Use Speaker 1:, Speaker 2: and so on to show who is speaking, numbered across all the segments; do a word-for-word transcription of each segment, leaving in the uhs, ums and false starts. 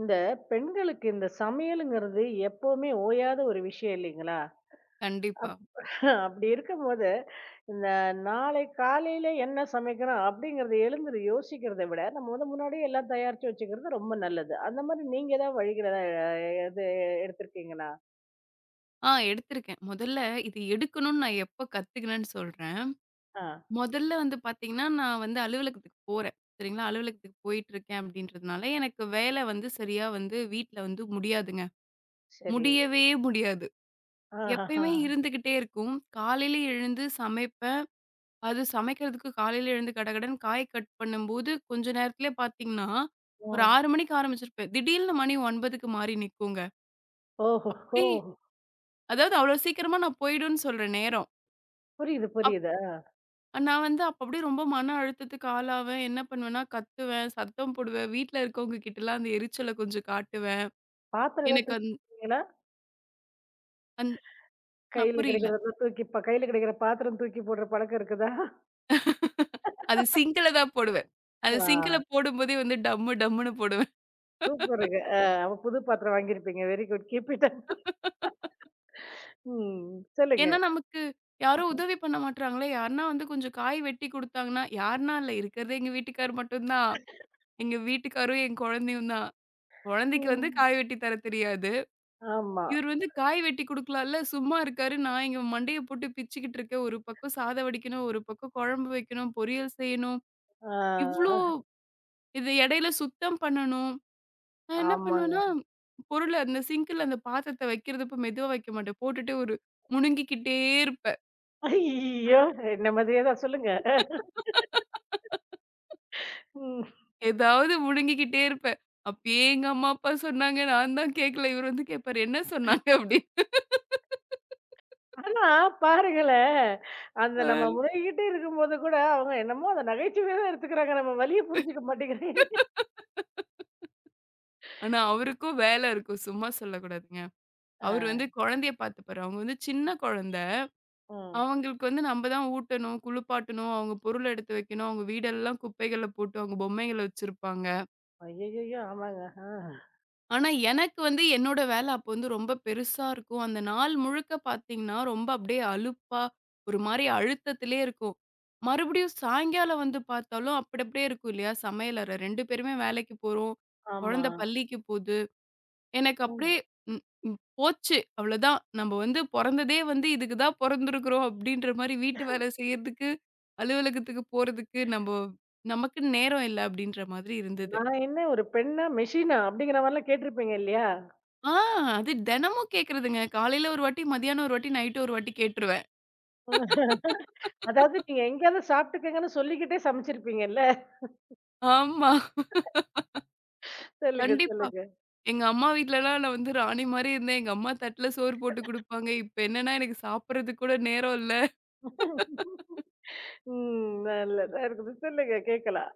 Speaker 1: இந்த பெண்களுக்கு இந்த சமையலுங்கிறது எப்பவுமே ஓயாத ஒரு விஷயம் இல்லைங்களா?
Speaker 2: கண்டிப்பா.
Speaker 1: அப்படி இருக்கும்போது, இந்த நாளை காலையில என்ன சமைக்கணும் அப்படிங்கிறத எழுந்து யோசிக்கிறத விட, நம்ம வந்து முன்னாடியே எல்லாம் தயாரிச்சு வச்சுக்கிறது ரொம்ப நல்லது. அந்த மாதிரி நீங்க ஏதாவது வழிகள அ இது எடுத்திருக்கீங்களா?
Speaker 2: ஆ எடுத்திருக்கேன். முதல்ல இது எடுக்கணும்னு நான் எப்ப கத்துக்கினேன்னு சொல்றேன்.
Speaker 1: ஆ,
Speaker 2: முதல்ல வந்து பார்த்தீங்கன்னா, நான் வந்து அலுவலகத்துக்கு போறேன். சரிங்களா? அலுவலகத்துக்கு போயிட்டுருக்கேன் அப்படின்றதுனால, எனக்கு வேலை வந்து சரியா வந்து வீட்ல வந்து முடியாதுங்க.
Speaker 1: சரி.
Speaker 2: முடியவே முடியாது.
Speaker 1: ஆஹஹா.
Speaker 2: எப்பயுமே இருந்துகிட்டே இருக்கும். காலையில எழுந்து சமைப்பேன். அது சமைக்கிறதுக்கு காலையில எழுந்து கடகடன்னு காய் கட் பண்ணும்போது, கொஞ்ச நேரத்திலே பார்த்தீங்கன்னா, ஒரு
Speaker 1: ம்.
Speaker 2: ஆறு மணிக்கு ஆரம்பிச்சிருப்பேன். திடீர்னு மணி ஒன்பதுக்கு மாறி நிக்குங்க.
Speaker 1: ஓஹோஹோ!
Speaker 2: அப்படி அதாவது அவ்வளோ சீக்கிரமா நான் போயிடும்ன்னு சொல்ற நேரம்.
Speaker 1: புரியுது,
Speaker 2: அப்
Speaker 1: புரியுது.
Speaker 2: நான் வந்து அப்ப அப்படியே ரொம்ப மன அழுத்தத்துக்கு ஆளாவேன். என்ன பண்ணுவேன்னா, கத்துவேன், சத்தம் போடுவேன். வீட்ல இருக்கவங்க கிட்டலாம் அந்த எரிச்சல கொஞ்சம் காட்டுவேன்.
Speaker 1: பாத்திரம் ஏதாவது
Speaker 2: எனக்கு
Speaker 1: தூக்கி
Speaker 2: அந்
Speaker 1: போடுவீங்களா?
Speaker 2: அந் அ
Speaker 1: கையில
Speaker 2: புரியல.
Speaker 1: கிடைக்கிறத தூக்கி ப- கையில கிடைக்கிற பாத்திரம் தூக்கி போடுற பழக்கம் இருக்குதா?
Speaker 2: அது சிங்க்ல தான் போடுவேன். அது சிங்க்ல
Speaker 1: ஆ.
Speaker 2: போடும்போதே வந்து டம்மு டம்முன்னு போடுவேன்.
Speaker 1: சூப்பருங்க. அ அப்ப புது பாத்திரம் வாங்கியிருப்பீங்க. Very good. Keep it up. ம். சொல்லுங்க.
Speaker 2: ஏன்னா நமக்கு யாரும் உதவி பண்ண மாட்றாங்களே! யாருன்னா வந்து கொஞ்சம் காய் வெட்டி குடுத்தாங்கன்னா, யாருன்னா இல்ல இருக்கிறதே எங்க வீட்டுக்கார் மட்டும் தான். எங்க வீட்டுக்காரும், என் குழந்தையும் தான். குழந்தைக்கு வந்து
Speaker 1: ம்.
Speaker 2: காய் வெட்டி தர தெரியாது.
Speaker 1: ஆமா.
Speaker 2: இவர் வந்து காய் வெட்டி குடுக்கலாம்ல. சும்மா இருக்காரு. நான் இங்க மண்டைய போட்டு பிச்சுக்கிட்டு இருக்கேன். ஒரு பக்கம் சாதம் வடிக்கணும், ஒரு பக்கம் குழம்பு வைக்கணும், பொரியல் செய்யணும். இவ்ளோ
Speaker 1: ஆ.
Speaker 2: இது இடையில சுத்தம் பண்ணணும். நான் என்ன
Speaker 1: ஆமாங்க.
Speaker 2: பண்ணுவேன்னா, பொருள அந்த சிங்க்ல அந்த பாத்திரத்த வைக்கிறதப்ப மெதுவா வைக்க மாட்டேன். போட்டுட்டு ஒரு முணுங்கிக்கிட்டே இருப்பேன்.
Speaker 1: ஐயய்யோ! என்ன மாதிரியே தான் சொல்லுங்க. ம்.
Speaker 2: ஏதாவது முணுங்கிக்கிட்டே இருப்பேன். அப்பயே எங்க அம்மா, அப்பா சொன்னாங்க. நான் தான் கேட்கல. இவர் வந்து கேட்பாரு, "என்ன சொன்னாங்க?" அப்படின்னு.
Speaker 1: ஆனா பாருங்களேன், அந்த நம்ம முறைகிட்டே இருக்கும்போது கூட அவங்க என்னமோ அத நகைச்சுவையா தான் எடுத்துக்கிறாங்க. நம்ம வலிய புரிஞ்சுக்க மாட்டேங்கிறாங்க.
Speaker 2: அ. ஆனா, அவருக்கும் வேலை இருக்கும். சும்மா சொல்லக்கூடாதுங்க. அவரு வந்து
Speaker 1: ஆ.
Speaker 2: குழந்தைய பார்த்துப்பாரு. அவங்க வந்து சின்ன குழந்தை.
Speaker 1: ம்.
Speaker 2: அவங்களுக்கு வந்து நம்ப தான் ஊட்டணும், குளிப்பாட்டணும், அவங்க பொருள எடுத்து வைக்கணும், அவங்க வீடெல்லாம் குப்பைகள்ல போட்டு அவங்க பொம்மைகள வச்சிருப்பாங்க.
Speaker 1: ஐய்யய்யோ! ஆமாங்க. ஆ.
Speaker 2: ஆனா, எனக்கு வந்து என்னோட வேலை அப்போ வந்து ரொம்ப பெருசா இருக்கும். அந்த நாள் முழுக்க பார்த்தீங்கன்னா, ரொம்ப அப்படியே அலுப்பா, ஒரு மாரி அழுத்தத்திலே இருக்கும். மறுபடியும் சாயங்காலம் வந்து பார்த்தாலும் அப்படி அப்படியே இருக்கும் இல்லையா? சமையலறை ரெண்டு பேருமே வேலைக்கு போறோம்.
Speaker 1: ஆமா.
Speaker 2: குழந்தை பள்ளிக்கு போது. எனக்கு
Speaker 1: ம்.
Speaker 2: அப்படியே ம், ம், போச்சு. அவ்வளோதான். நம்ம வந்து பொறந்ததே வந்து இதுக்கு தான் பொறந்திருக்கிறோம் அப்படின்ற மாரி வீட்டு வேலை செய்யறதுக்கு, அலுவலகத்துக்கு போறதுக்கு நம்போ நமக்குன்னு நேரம் இல்ல அப்படின்ற மாதிரி இருந்தது.
Speaker 1: நான் என்ன ஒரு பெண்ணா? மெஷினா? அப்படிங்கிற மாரிலாம் கேட்டிருப்பீங்க இல்லையா?
Speaker 2: ஆ அது தினமும் கேட்கறதுங்க. காலையில ஒரு வாட்டி, மதியானம் ஒரு வாட்டி, நைட்டு ஒரு வாட்டி கேட்டுருவேன்.
Speaker 1: அதாவது நீங்க எங்கேயாவது சாப்பிட்டுக்கங்கன்னு சொல்லிக்கிட்டே சமைச்சிருப்பீங்கல்ல.
Speaker 2: ஆமா.
Speaker 1: சொல்லுங்க,
Speaker 2: கண்டிப்பா.
Speaker 1: சொல்லுங்க.
Speaker 2: எங்க அம்மா வீட்லலாம் நான் வந்து ராணி மாரி இருந்தேன். எங்க அம்மா தட்டுல சோறு போட்டு குடுப்பாங்க. இப்ப என்னன்னா எனக்கு சாப்பிடறதுக்கு கூட நேரம் இல்ல.
Speaker 1: ம். நல்லதா இருக்குது. சொல்லுங்க கேட்கலாம்.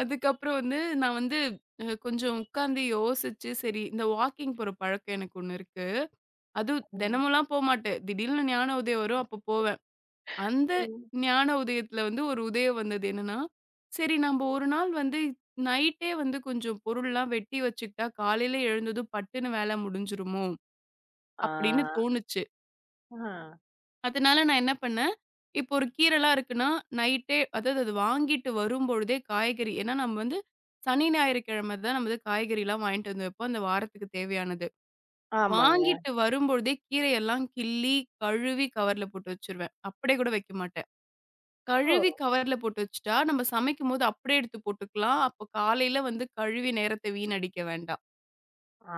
Speaker 2: அதுக்கப்புறம் வந்து நான் வந்து அ கொஞ்சம் உட்காந்து யோசிச்சு, சரி இந்த வாக்கிங் போற பழக்கம் எனக்கு ஒண்ணு இருக்கு. அதுவும்
Speaker 1: ம்.
Speaker 2: தினமும்லாம் போமாட்டேன். திடீர்னு ஞான உதயம் வரும், அப்ப போவேன். அந்த
Speaker 1: ம்.
Speaker 2: ஞான உதயத்துல வந்து ஒரு உதயம் வந்தது என்னன்னா, சரி நம்ப ஒரு நாள் வந்து நைட்டே வந்து கொஞ்சம் பொருள்லாம் வெட்டி வச்சுக்கிட்டா, காலையில எழுந்ததும் பட்டுன்னு வேல முடிஞ்சுருமோ! அப்படின்னு
Speaker 1: ஆ.
Speaker 2: தோணுச்சு.
Speaker 1: ஆ.
Speaker 2: அதனால நான் என்ன பண்ணேன், இப்போ ஒரு கீரைலாம் இருக்குன்னா, நைட்டே அதாவது அது வாங்கிட்டு வரும்பொழுதே காய்கறி ஏன்னா நம்ம வந்து சனி, ஞாயிறுக்கிழமை தான் நம்ம வந்து காய்கறிலாம் வாங்கிட்டு வந்து வைப்போம். அந்த வாரத்துக்கு தேவையானது.
Speaker 1: ஆமாங்க.
Speaker 2: வாங்கிட்டு வரும்பொழுதே கீரையெல்லாம் கிள்ளி, கழுவி கவர்ல போட்டு வச்சுருவேன். அப்படியே கூட வைக்க மாட்டேன்.
Speaker 1: ஓ!
Speaker 2: கழுவி கவர்ல போட்டு வச்சுட்டா, நம்ம சமைக்கும்போது அப்படியே எடுத்து போட்டுக்கலாம். அப்போ காலையில வந்து கழுவி நேரத்த வீணடிக்க வேண்டாம்.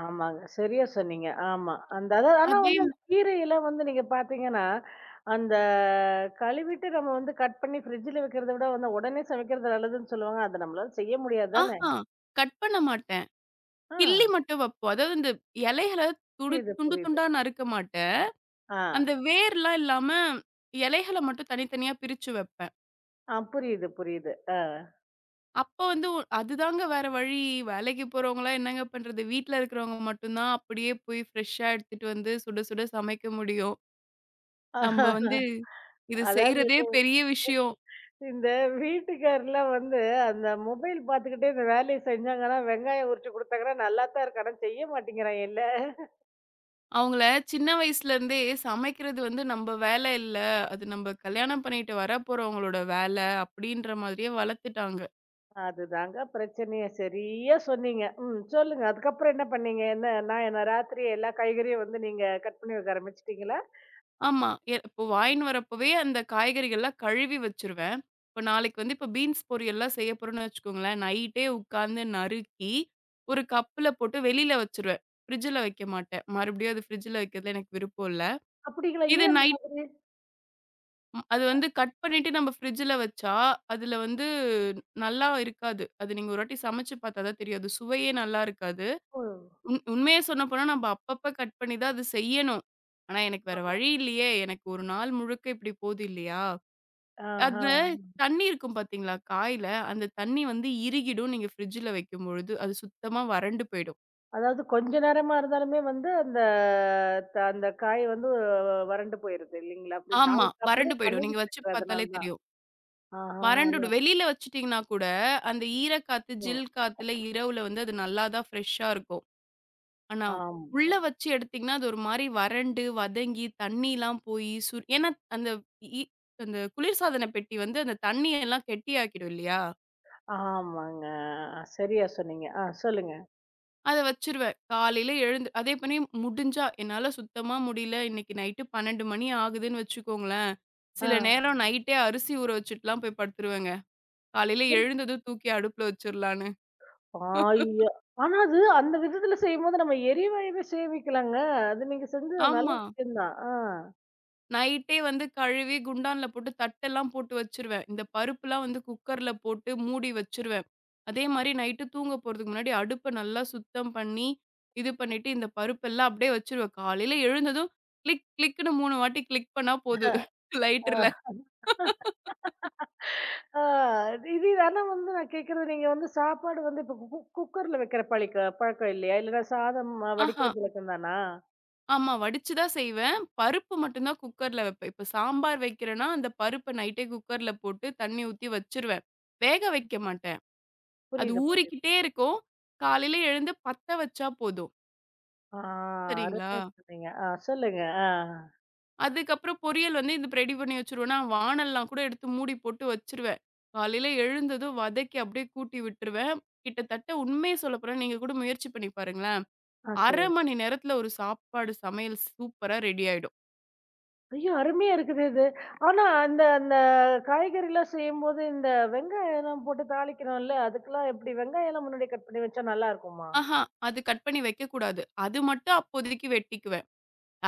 Speaker 1: ஆமாங்க. சரியா சொன்னீங்க. ஆமா. அந்த அதாவது ஆனா
Speaker 2: அதே
Speaker 1: வந்து
Speaker 2: ம-
Speaker 1: அந்த கீரையெல்லாம் வந்து நீங்க பார்த்தீங்கன்னா, அந்த கழுவிட்டு நம்ம வந்து கட் பண்ணி ஃப்ரிட்ஜில வைக்கிறத விட வந்து உடனே சமைக்கிறது நல்லதுன்னு சொல்லுவாங்க. அத நம்மளால செய்ய முடியாது தானே!
Speaker 2: ஆஹா! கட் பண்ண மாட்டேன்.
Speaker 1: ஆ.
Speaker 2: கிள்ளி மட்டும் வைப்போம். அதாவது இந்த இலைகள துடு
Speaker 1: புரியுது,
Speaker 2: துண்டு
Speaker 1: புரியுது.
Speaker 2: துண்டா நறுக்க மாட்டேன்.
Speaker 1: ஆ.
Speaker 2: அந்த வேர்லாம் இல்லாம, இலைகள மட்டும் தனித்தனியா பிரிச்சு வைப்பேன்.
Speaker 1: ஆ புரியுது, புரியுது.
Speaker 2: அப்ப வந்து ஒ அதுதாங்க வேற வழி. வேலைக்கு போறவங்கலாம் என்னங்க பண்றது? வீட்ல இருக்கிறவங்க மட்டும் தான் அப்படியே போய் ஃப்ரெஷ்ஷா எடுத்துட்டு வந்து சுட சுட சமைக்க முடியும். நம்ப
Speaker 1: ஆஹா,
Speaker 2: வந்து இது
Speaker 1: அதாவது
Speaker 2: செய்றதே பெரிய விஷயம்.
Speaker 1: இந்த வீட்டுக்காரர்லாம் வந்து அந்த மொபைல் பார்த்துக்கிட்டே இந்த வேலைய செஞ்சாங்கன்னா, வெங்காயம் உரிச்சு குடுத்தாங்கன்னா, நல்லாத்தான் இருக்கு. ஆனா செய்ய மாட்டேங்கிறான் இல்ல.
Speaker 2: அவங்கள சின்ன வயசுலேருந்தே சமைக்கிறது வந்து நம்ப வேல இல்ல. அது நம்ப கல்யாணம் பண்ணிட்டு வரப்போறவங்களோட வேல அப்படின்ற மாதிரியே வளர்த்துட்டாங்க.
Speaker 1: அதுதாங்க பிரச்சனையே. சரியா சொன்னீங்க. ம். சொல்லுங்க. அதுக்கப்புறம் என்ன பண்ணீங்க? என்ன நான் என்ன ராத்திரியே எல்லா காய்கறியும் வந்து நீங்க கட் பண்ணி வைக்க ஆரம்பிச்சுட்டீங்களா?
Speaker 2: ஆமா. எ இப்போ வாங்கின்னு வரப்பவே அந்த காய்கறிகள்லாம் கழுவி வச்சுருவேன். இப்போ நாளைக்கு வந்து இப்போ பீன்ஸ் பொரியல்லாம் செய்ய போறோம்ன்னு வச்சுக்கோங்களேன், நைட்டே உட்காந்து நறுக்கி, ஒரு கப்புல போட்டு வெளியில வச்சுருவேன். ஃப்ரிட்ஜில வைக்க மாட்டேன். மறுபடியும் அது ஃப்ரிட்ஜில வைக்கிறதுல எனக்கு விருப்பம் இல்ல.
Speaker 1: அப்படிங்களா?
Speaker 2: இது
Speaker 1: ஏன் அந்த
Speaker 2: நைட்
Speaker 1: மாதிரி?
Speaker 2: ம் அது
Speaker 1: அ
Speaker 2: வந்து கட் பண்ணிட்டு நம்ம ஃப்ரிட்ஜில வச்சா, அதில வந்து நல்லா இருக்காது. அது நீங்க ஒரு வாட்டி சமைச்சு பார்த்தா தான் தெரியும். அது சுவையே நல்லா இருக்காது.
Speaker 1: ஓ!
Speaker 2: உண் உண்மைய சொல்லப்போனா நம்ம அப்பப்ப கட் பண்ணி தான் அது செய்யணும். ஆனா எனக்கு வேற
Speaker 1: ஆமா.
Speaker 2: வழி இல்லையே. எனக்கு ஒரு நாள் முழுக்க இப்படி போகுது இல்லையா?
Speaker 1: ஆஹா.
Speaker 2: அந்த தண்ணி இருக்கும் பாத்தீங்களா, காய்ல. அந்த தண்ணி வந்து இறுகிடும். நீங்க ஃப்ரிட்ஜ்ல வைக்கும்பொழுது, அது சுத்தமா வறண்டு போயிடும்.
Speaker 1: அதாவது கொஞ்ச நேரமா இருந்தாலுமே வந்து அந்த த அந்த காய் வந்து வறண்டு போயிருது இல்லைங்களா? அப்படி நான்
Speaker 2: ஆமா.
Speaker 1: இப்ப
Speaker 2: வறண்டு
Speaker 1: அப்படிதான்
Speaker 2: போயிடும். நீங்க
Speaker 1: பண்ணிக்கிட்டு
Speaker 2: வச்சு
Speaker 1: இருக்கிறேன். அதனால
Speaker 2: பாத்தாலே
Speaker 1: தான்.
Speaker 2: தெரியும்.
Speaker 1: ஆஹா.
Speaker 2: வறண்டுடும். வெளியில வச்சுட்டீங்கன்னா கூட, அந்த ஈரக்காத்து,
Speaker 1: ம்.
Speaker 2: ஜில் காத்துல இரவுல வந்து அது நல்லா தான் ஃப்ரெஷ்ஷா இருக்கும். ஆனா,
Speaker 1: ஆமா.
Speaker 2: உள்ள வச்சு எடுத்தீங்கன்னா, அது ஒரு மாரி வறண்டு, வதங்கி, தண்ணிலாம் போயி சு ஏன்னா அந்த இ அந்த குளிர்சாதன பெட்டி வந்து அந்த தண்ணியெல்லாம் கெட்டியாக்கிடும் இல்லையா?
Speaker 1: ஆமாங்க. சரியா சொன்னீங்க. ஆ சொல்லுங்க.
Speaker 2: அத வச்சுருவேன். காலையில எழுந்து அதே பணி முடிஞ்சா என்னால சுத்தமா முடியல, இன்னைக்கு நைட்டு பன்னிரண்டு மணி ஆகுதுன்னு வச்சுக்கோங்களேன்,
Speaker 1: ஆ.
Speaker 2: சில நேரம் நைட்டே அரிசி ஊற வச்சுட்டுலாம் போய் படுத்துருவேங்க. காலையில
Speaker 1: ஒரு
Speaker 2: எழுந்ததும் தூக்கி அடுப்புல வச்சுரலான்னு.
Speaker 1: பாயா ஆனா அது அந்த விதத்துல செய்யும்போது நம்ம எரிவாயுவே சேமிக்கலாங்க. அது நீங்க செஞ்சது நல்ல
Speaker 2: ஆமா.
Speaker 1: விஷயம் தான். ஆ.
Speaker 2: நைட்டே வந்து கழுவி குண்டான்ல போட்டு தட்டெல்லாம் போட்டு வச்சுருவேன். இந்த பருப்புலாம் வந்து குக்கர்ல போட்டு மூடி வச்சுருவேன். அதே மாரி நைட்டு தூங்க போறதுக்கு முன்னாடி அடுப்ப நல்லா சுத்தம் பண்ணி, இது பண்ணிட்டு இந்த பருப்பெல்லாம் அப்படியே வச்சுருவேன். காலையில எழுந்ததும் கிளிக் கிளிக்ன்னு மூணு வாட்டி கிளிக் பண்ணா போதும் லைட்டர்ல.
Speaker 1: ஆ. இது ஆனா வந்து நான் கேட்கறது நீங்க வந்து சாப்பாடு வந்து இப்ப கு குக்கர்ல வைக்கிற பழிக்க பழக்கம் இல்லையா? இல்லன்னா சாதம் அ,
Speaker 2: ஆஹா.
Speaker 1: வடிக்கிற பழக்கம் தானா?
Speaker 2: ஆமா. வடிச்சு தான் செய்வேன். பருப்பு மட்டும் தான் குக்கர்ல வைப்பேன். இப்ப சாம்பார் வைக்கிறேன்னா, அந்த பருப்ப நைட்டே குக்கர்ல போட்டு தண்ணி ஊத்தி வச்சுருவேன். வேக வைக்க மாட்டேன். அது
Speaker 1: புரியுது, புரியுது.
Speaker 2: ஊறிக்கிட்டே இருக்கும். காலையில எழுந்து பத்த வச்சா போதும்.
Speaker 1: ஆ
Speaker 2: சரிங்களா?
Speaker 1: அருமையா சொன்னீங்க. ஆ சொல்லுங்க. ஆ.
Speaker 2: அதுக்கப்புறம் பொரியல் வந்து இந்த ரெடி பண்ணி வச்சுருவேன்னா, வாணல்லாம் கூட எடுத்து மூடி போட்டு வச்சுருவேன். காலையில எழுந்ததும் வதக்கி அப்படியே கூட்டி விட்டுருவேன். கிட்டத்தட்ட உண்மைய சொல்ல போனா, நீங்க கூட முயற்சி பண்ணி பாருங்களேன்.
Speaker 1: ஆ சரி.
Speaker 2: அரை மணி நேரத்துல ஒரு சாப்பாடு சமையல் சூப்பரா ரெடி ஆயிடும்.
Speaker 1: ஐயோ! அருமையா இருக்குதே இது. ஆனா அந்த அந்த காய்கறிலாம் செய்யும்போது, இந்த வெங்காயம்லாம் போட்டு தாளிக்கிறோம்ல, அதுக்கெல்லாம் எப்படி வெங்காயம்லாம் முன்னாடியே கட் பண்ணி வச்சா நல்லா இருக்குமா?
Speaker 2: ஆஹா! அது கட் பண்ணி வைக்கக்கூடாது. அது மட்டும் அப்போதைக்கு வெட்டிக்குவேன்.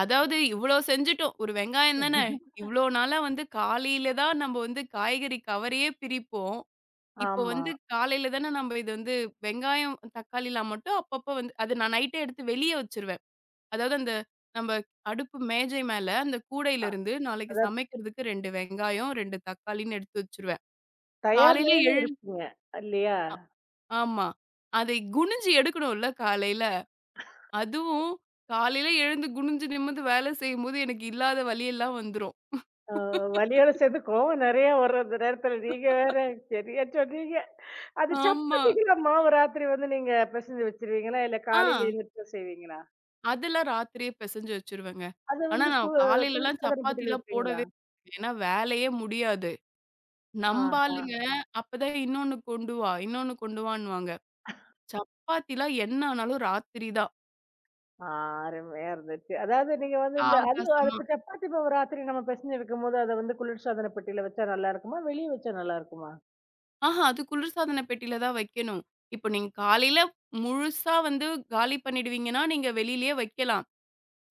Speaker 2: அதாவது இவ்ளோ செஞ்சுட்டோம். ஒரு வெங்காயம் தானே! இவ்ளோ நாளா வந்து காலையில தான் நம்ம வந்து காய்கறி கவரையே பிரிப்போம். இப்போ
Speaker 1: ஆமா.
Speaker 2: வந்து காலையில தானே நம்ம இது வந்து வெங்காயம், தக்காளிலாம் மட்டும் அப்பப்போ வந்து அது நான் நைட்டே எடுத்து வெளிய வச்சுருவேன். அதாவது அந்த நம்ம அடுப்பு மேஜை மேல அந்த
Speaker 1: அ
Speaker 2: கூடையிலிருந்து நாளைக்கு
Speaker 1: அதான்
Speaker 2: சமைக்கிறதுக்கு ரெண்டு வெங்காயம், ரெண்டு தக்காளின்னு எடுத்து வச்சுருவேன்.
Speaker 1: தயார்
Speaker 2: காலையில
Speaker 1: நிலையில
Speaker 2: எழு
Speaker 1: இருப்பீங்க. இல்லையா?
Speaker 2: ஆமா. அதை குனிஞ்சு எடுக்கணும்ல காலையில. அதுவும் காலையில எழுந்து குனிஞ்சு நிமிர்ந்து வேலை செய்யும்போது எனக்கு இல்லாத வலியெல்லாம் வந்துரும்.
Speaker 1: அ வலியோட சேர்த்து கோவம் நெறையா வரும் அந்த நேரத்துல. நீங்க வேற சரியா சொன்னீங்க. அது
Speaker 2: ஆமா.
Speaker 1: சப்பாத்திக்குலாம் மாவு ராத்திரி வந்து நீங்க பெசஞ்சு வச்சுருவீங்களா? இல்ல
Speaker 2: ஆ.
Speaker 1: காலையில எந்திரிச்சு செய்வீங்களா?
Speaker 2: அதெல்லாம் ராத்திரியே பெசஞ்சு வச்சுருவேங்க.
Speaker 1: அது
Speaker 2: ஆனா,
Speaker 1: வந்து ஸ்கூ
Speaker 2: நான் காலையிலலாம்
Speaker 1: குளிர்சாதன பெட்டியில
Speaker 2: சப்பாத்திலாம்
Speaker 1: வைப்பீங்களா?
Speaker 2: போடவே மாட்டேன். ஏன்னா வேலையே முடியாது. நம்ப
Speaker 1: ஆஹா.
Speaker 2: ஆளுங்க அப்பதான் இன்னொன்னு கொண்டு வா, இன்னொன்னு கொண்டு வான்னுவாங்க. சப்பாத்திலாம் என்ன ஆனாலும் ராத்திரி தான்.
Speaker 1: ஆ, அருமையா இருந்துச்சு. அதாவது நீங்க வந்து இந்த அதுவும் அது
Speaker 2: சாவகாசமா.
Speaker 1: இப்ப சப்பாத்தி மாவு ராத்திரி நம்ம பெசஞ்சு வைக்கும்போது, அத வந்து குளிர்சாதன பெட்டியில வச்சா நல்லா இருக்குமா? வெளிய வச்சா நல்லா இருக்குமா?
Speaker 2: ஆஹா அது குளிர்சாதன பெட்டியில தான் வைக்கணும். இப்போ நீங்க காலையில முழுசா வந்து காலி பண்ணிடுவீங்கன்னா, நீங்க வெளியிலயே வைக்கலாம்.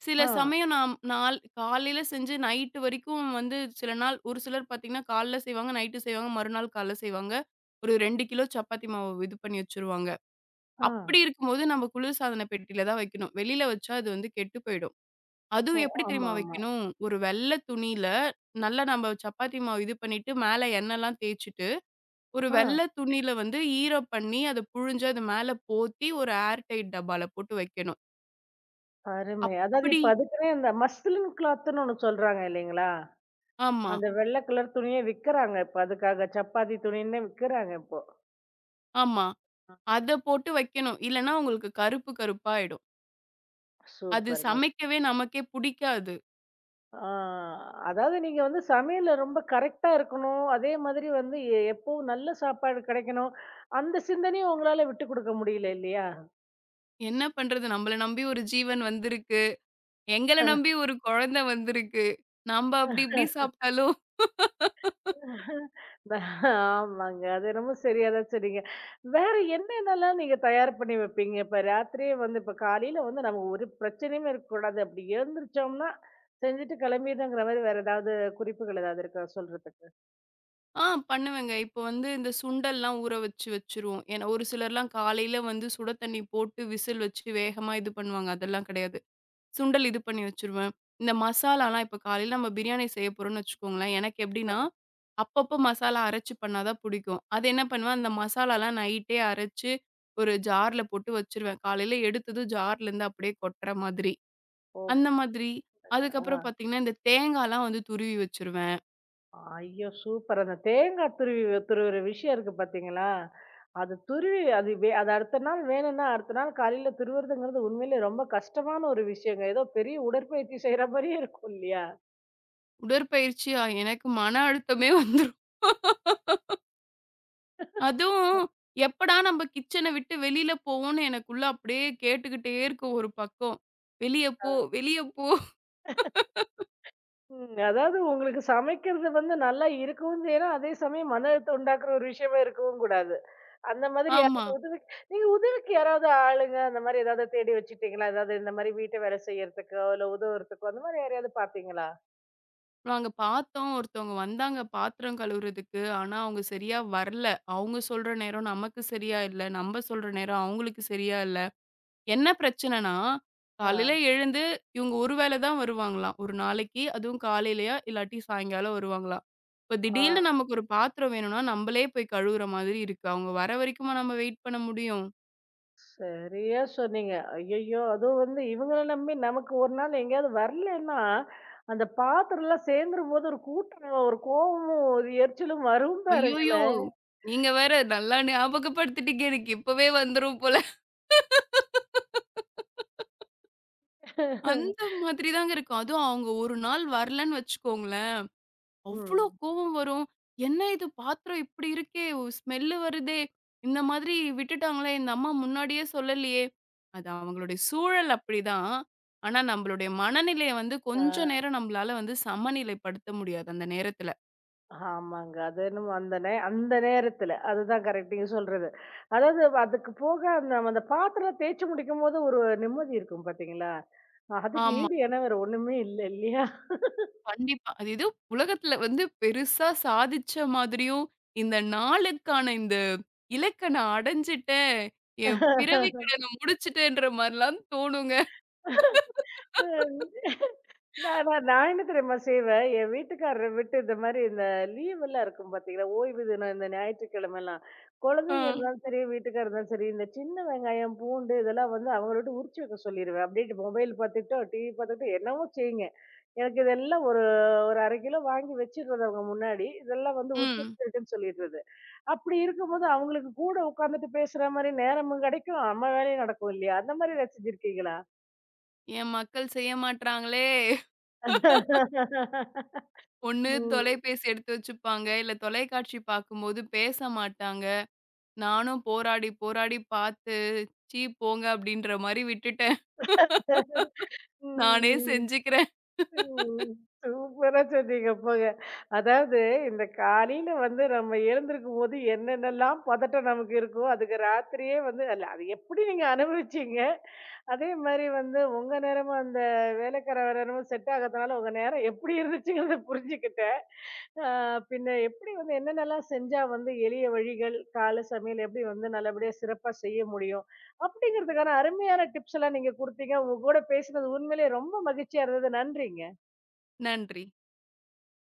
Speaker 2: சில
Speaker 1: ஆ,
Speaker 2: சமயம் நாம் நாள் காலையில செஞ்சு நைட்டு வரைக்கும் வந்து சில நாள் ஒரு சிலர் பார்த்தீங்கன்னா, காலைல செய்வாங்க, நைட்டு செய்வாங்க, மறுநாள் காலைல செய்வாங்க. ஒரு ரெண்டு கிலோ சப்பாத்தி மாவு இது பண்ணி வச்சுருவாங்க.
Speaker 1: ஆ.
Speaker 2: அப்படி இருக்கும்போது நம்ம குளிர்சாதன பெட்டியில தான் வைக்கணும். வெளியில வச்சா அது வந்து கெட்டு போயிடும்.
Speaker 1: ஓ!
Speaker 2: அதுவும் எப்படி
Speaker 1: ஆமா,
Speaker 2: தெரியுமா
Speaker 1: ஆமா.
Speaker 2: வைக்கணும்? ஒரு வெள்ள துணியில நல்லா நம்ம சப்பாத்தி மாவு இது பண்ணிட்டு, மேல எண்ணெய்லாம் தேய்ச்சுட்டு, ஒரு
Speaker 1: ஆ,
Speaker 2: வெள்ள துணியில வந்து ஈரம் பண்ணி, அத புழிஞ்சு அது மேல போத்தி, ஒரு ஏர் டைட் டப்பால போட்டு வைக்கணும்.
Speaker 1: அருமை. அதாவது
Speaker 2: அப்படி
Speaker 1: இப்ப அதுக்குன்னே இந்த மஸ்லின் கிளாத்துன்னு ஒண்ணு சொல்றாங்க இல்லைங்களா?
Speaker 2: ஆமா,
Speaker 1: அந்த வெள்ளை கலர் துணியே விக்கிறாங்க. இப்ப அதுக்காக சப்பாத்தி துணின்னே விக்கிறாங்க இப்போ.
Speaker 2: ஆமா. அத போட்டு வைக்கணும். இல்லன்னா உங்களுக்கு கருப்பு கருப்பா ஆயிடும். அது
Speaker 1: சூப்பர்ங்க.
Speaker 2: சமைக்கவே நமக்கே புடிக்காது.
Speaker 1: ஆ, அதாவது நீங்க வந்து சமையல்ல ரொம்ப கரெக்ட்டா இருக்கணும். அதே மாதிரி வந்து எ எப்பவும் நல்ல சாப்பாடு கிடைக்கணும். அந்த சிந்தனையும் உங்களால விட்டுக் குடுக்க முடியல இல்லையா?
Speaker 2: என்ன பண்றது? நம்மள நம்பி ஒரு ஜீவன் வந்திருக்கு. எங்கள நம்பி ஒரு குழந்தை வந்திருக்கு. நம்ப அப்டி இப்டி சாப்ட்டாலும்
Speaker 1: ஆமாங்க. அது என்னமோ சரியா தான் சொன்னீங்க. வேற என்னென்னலாம் நீங்க தயார் பண்ணி வைப்பீங்க? இப்ப ராத்திரியே வந்து இப்ப காலையில வந்து நமக்கு ஒரு பிரச்சனையுமே இருக்கக்கூடாது. அப்படி எழுந்திரிச்சோம்னா, செஞ்சுட்டு கிளம்பிடணுங்கிற மாரி வேற ஏதாவது குறிப்புகள் ஏதாவது இருக்கா சொல்றதுக்கு?
Speaker 2: ஆ பண்ணுவேங்க. இப்போ வந்து இந்த சுண்டல்லாம் ஊற வச்சு வச்சுருவோம். ஏன்னா ஒரு சிலர்லாம் காலையில வந்து சுட தண்ணி போட்டு விசில் வச்சு வேகமா இது பண்ணுவாங்க. அதெல்லாம் கிடையாது. சுண்டல் இது பண்ணி வச்சுருவேன். இந்த மசாலாலாம் இப்ப காலையில நம்ம பிரியாணி செய்ய போறோம்ன்னு வச்சுக்கோங்களேன். எனக்கு எப்படின்னா, அப்பப்போ மசாலா அரைச்சு பண்ணா தான் புடிக்கும். அது என்ன பண்ணுவேன், அந்த மசாலாலாம் நைட்டே அரைச்சு ஒரு ஜார்ல போட்டு வச்சுருவேன். காலையில எடுத்ததும் ஜார்லேருந்து அப்படியே கொட்டுற மாதிரி.
Speaker 1: ஓ!
Speaker 2: அந்த மாதிரி.
Speaker 1: ஆ.
Speaker 2: அதுக்கப்புறம் பார்த்தீங்கன்னா, இந்த தேங்காலாம் வந்து துருவி வச்சுருவேன்.
Speaker 1: ஐயோ! சூப்பர். அந்த தேங்கா துருவி துருவுற விஷயம் இருக்கு பார்த்தீங்களா? அது துருவி அது வே அது அடுத்த நாள் வேணும்னா, அடுத்த நாள் காலையில துருவுறதுங்கிறது உண்மையிலேயே ரொம்ப கஷ்டமான ஒரு விஷயங்க. ஏதோ பெரிய உடற்பயிற்சி செய்ற மாரியே இருக்கும் இல்லையா?
Speaker 2: உடற்பயிற்சியா எனக்கு மன அழுத்தமே வந்துரும். அதுவும் எப்படா நம்ம கிச்சன விட்டு வெளியில போவோம்ன்னு எனக்குள்ள அப்படியே கேட்டுக்கிட்டே இருக்கும் ஒரு பக்கம். "வெளிய போ, வெளிய போ."
Speaker 1: ம். அதாவது உங்களுக்கு சமைக்கிறது வந்து நல்லா இருக்கவும் செய்யணும். அதே சமயம் மன அழுத்தம் உண்டாக்குற ஒரு விஷயமா இருக்கவும் கூடாது. அந்த மாதிரி
Speaker 2: ஆமா.
Speaker 1: யாராவது உதவிக்கு நீங்க உதவிக்கு யாராவது ஆளுங்க அந்த மாதிரி ஏதாவது தேடி வச்சுட்டீங்களா? ஏதாவது இந்த மாதிரி வீட்டு வேலை செய்யறதுக்கோ, இல்ல உதவுறதுக்கோ அந்த மாதிரி யாரையாவது பார்த்தீங்களா?
Speaker 2: நாங்க பார்த்தோம். ஒருத்தவங்க வந்தாங்க பாத்திரம் கழுவுறதுக்கு. ஆனா, அவங்க சரியா வரல. அவங்க சொல்ற நேரம் நமக்கு சரியா இல்ல. நம்ம சொல்ற நேரம் அவங்களுக்கு சரியா இல்ல. என்ன பிரச்சனைன்னா,
Speaker 1: ஆ.
Speaker 2: காலையில எழுந்து இவங்க ஒரு வேள தான் வருவாங்களாம். ஒரு நாளைக்கு. அதுவும் காலையிலயா, இல்லாட்டி சாயங்காலம் வருவாங்களாம். இப்ப
Speaker 1: ஆ.
Speaker 2: திடீர்னு நமக்கு ஒரு பாத்திரம் வேணும்னா, நம்மளே போய் கழுவுற மாதிரி இருக்கு. அவங்க வர வரைக்குமா நம்ம வெயிட் பண்ண முடியும்?
Speaker 1: சரியா சொன்னீங்க. ஐயய்யோ! அதுவும் வந்து இவங்கள நம்பி நமக்கு ஒரு நாள் எங்கேயாவது வரலன்னா, அந்த பாத்திரம்லாம் சேர்ந்துரும்போது ஒரு கூட்டம் ஒரு கோவமும், ஒரு எரிச்சலும் வரும்
Speaker 2: ஐய்யயோ!
Speaker 1: பாருங்களேன்.
Speaker 2: நீங்க வேற நல்லா ஞாபகப்படுத்திட்டீங்க. எனக்கு இப்பவே வந்துரும் போல. அந்த மாதிரி தாங்க இருக்கும். அதுவும் அவங்க ஒரு நாள் வரலன்னு வச்சுக்கோங்களேன். அவ்ளோ
Speaker 1: ம்.
Speaker 2: கோவம் வரும். "என்ன இது பாத்திரம் இப்படி இருக்கே! ஸ்மெல்லு வருதே! இந்த மாதிரி விட்டுட்டாங்களே! இந்த அம்மா முன்னாடியே சொல்லலையே!" அது அவங்களுடைய சூழல் அப்படிதான். ஆனா, நம்மளுடைய மனநிலைய வந்து கொஞ்ச
Speaker 1: ஆ.
Speaker 2: நேரம் நம்மளால வந்து சமநிலைப்படுத்த முடியாது அந்த நேரத்துல.
Speaker 1: ஆமாங்க. அது என்னமோ அந்த நே அந்த நேரத்துல. அதுதான் கரெக்ட் நீங்க சொல்றது. அதாவது அதுக்கு போக அந்த நம்ம அந்த பாத்திரம் தேய்ச்சு முடிக்கும்போது ஒரு நிம்மதி இருக்கும் பாத்தீங்களா? அதுக்கு
Speaker 2: ஆமா.
Speaker 1: ஈடு இணை வேற ஒண்ணுமே இல்ல இல்லையா?
Speaker 2: கண்டிப்பா. அது ஏதோ உலகத்துல வந்து பெருசா சாதிச்ச மாதிரியும், இந்த நாளுக்கான இந்த இலக்க நான் அடைஞ்சுட்டேன். என் பிறவிக் கடன முடிச்சுட்டேன்ற மாரிலாம் தோணுங்க.
Speaker 1: அ நான் நான் நான் என்ன தெரியுமா செய்வேன், என் வீட்டுக்காரர விட்டு இந்த மாரி இந்த லீவ் எல்லாம் இருக்கும் பார்த்தீங்களா, ஓய்வு தினம் இந்த ஞாயிற்றுக்கிழமைலாம்,
Speaker 2: ஆ.
Speaker 1: குழந்தைங்க இருந்தாலும் சரி, வீட்டுக்காரர் இருந்தாலும் சரி, இந்த சின்ன வெங்காயம், பூண்டு இதெல்லாம் வந்து அவங்கள விட்டு உரிச்சு வைக்க சொல்லிருவேன். அப்படியே மொபைல் பார்த்துக்கிட்டோ, டிவி பார்த்துக்கிட்டோ என்னவோ செய்யுங்க. எனக்கு இதெல்லாம் ஒரு ஒரு அரை கிலோ வாங்கி வச்சுடுறது அவங்க முன்னாடி. இதெல்லாம் வந்து உரிச்சு
Speaker 2: ம்.
Speaker 1: வச்சுருக்குன்னு சொல்லிடுறது. அப்படி இருக்கும்போது அவங்களுக்கு கூட உட்காந்துட்டு பேசுற மாரி நேரமும் கிடைக்கும், நம்ம வேலையும் நடக்கும் இல்லையா? அந்த மாரி ஏதாவது செஞ்சிருக்கீங்களா?
Speaker 2: என் மக்கள் செய்ய மாட்றாங்களே! ஒண்ணு
Speaker 1: ம்.
Speaker 2: தொலைபேசி எடுத்து வச்சுப்பாங்க. இல்ல தொலைக்காட்சி பார்க்கும்போது பேச மாட்டாங்க. நானும் போராடி, போராடி பார்த்து, "ச்சீ போங்க" அப்படின்ற மாரி விட்டுட்டேன்.
Speaker 1: ம்.
Speaker 2: நானே செஞ்சுக்கிறேன்.
Speaker 1: ம். சூப்பரா சொன்னீங்க போங்க. அதாவது இந்த காலையில வந்து நம்ம எழுந்திருக்கும்போது என்னென்னலாம் பதட்டம் நமக்கு இருக்கோ, அதுக்கு ராத்திரியே வந்து அல்ல அது எப்படி நீங்க அனுபவிச்சீங்க? அதே மாரி வந்து உங்க நேரமும் அந்த வேலைக்கார நேரமும் செட் ஆகாதனால உங்க நேரம் எப்படி இருந்துச்சுங்கிறத புரிஞ்சுக்கிட்டேன். ஆ, பின்ன எப்படி வந்து என்னென்னலாம் செஞ்சா வந்து எளிய வழிகள், காலை சமையல் எப்படி வந்து நல்லபடியா சிறப்பா செய்ய முடியும்? அப்படிங்கிறதுக்கான அருமையான டிப்ஸ் எல்லாம் நீங்க குடுத்தீங்க. உங்க கூட பேசினது உண்மையிலேயே ரொம்ப மகிழ்ச்சியா இருந்தது. நன்றிங்க.
Speaker 2: நன்றி.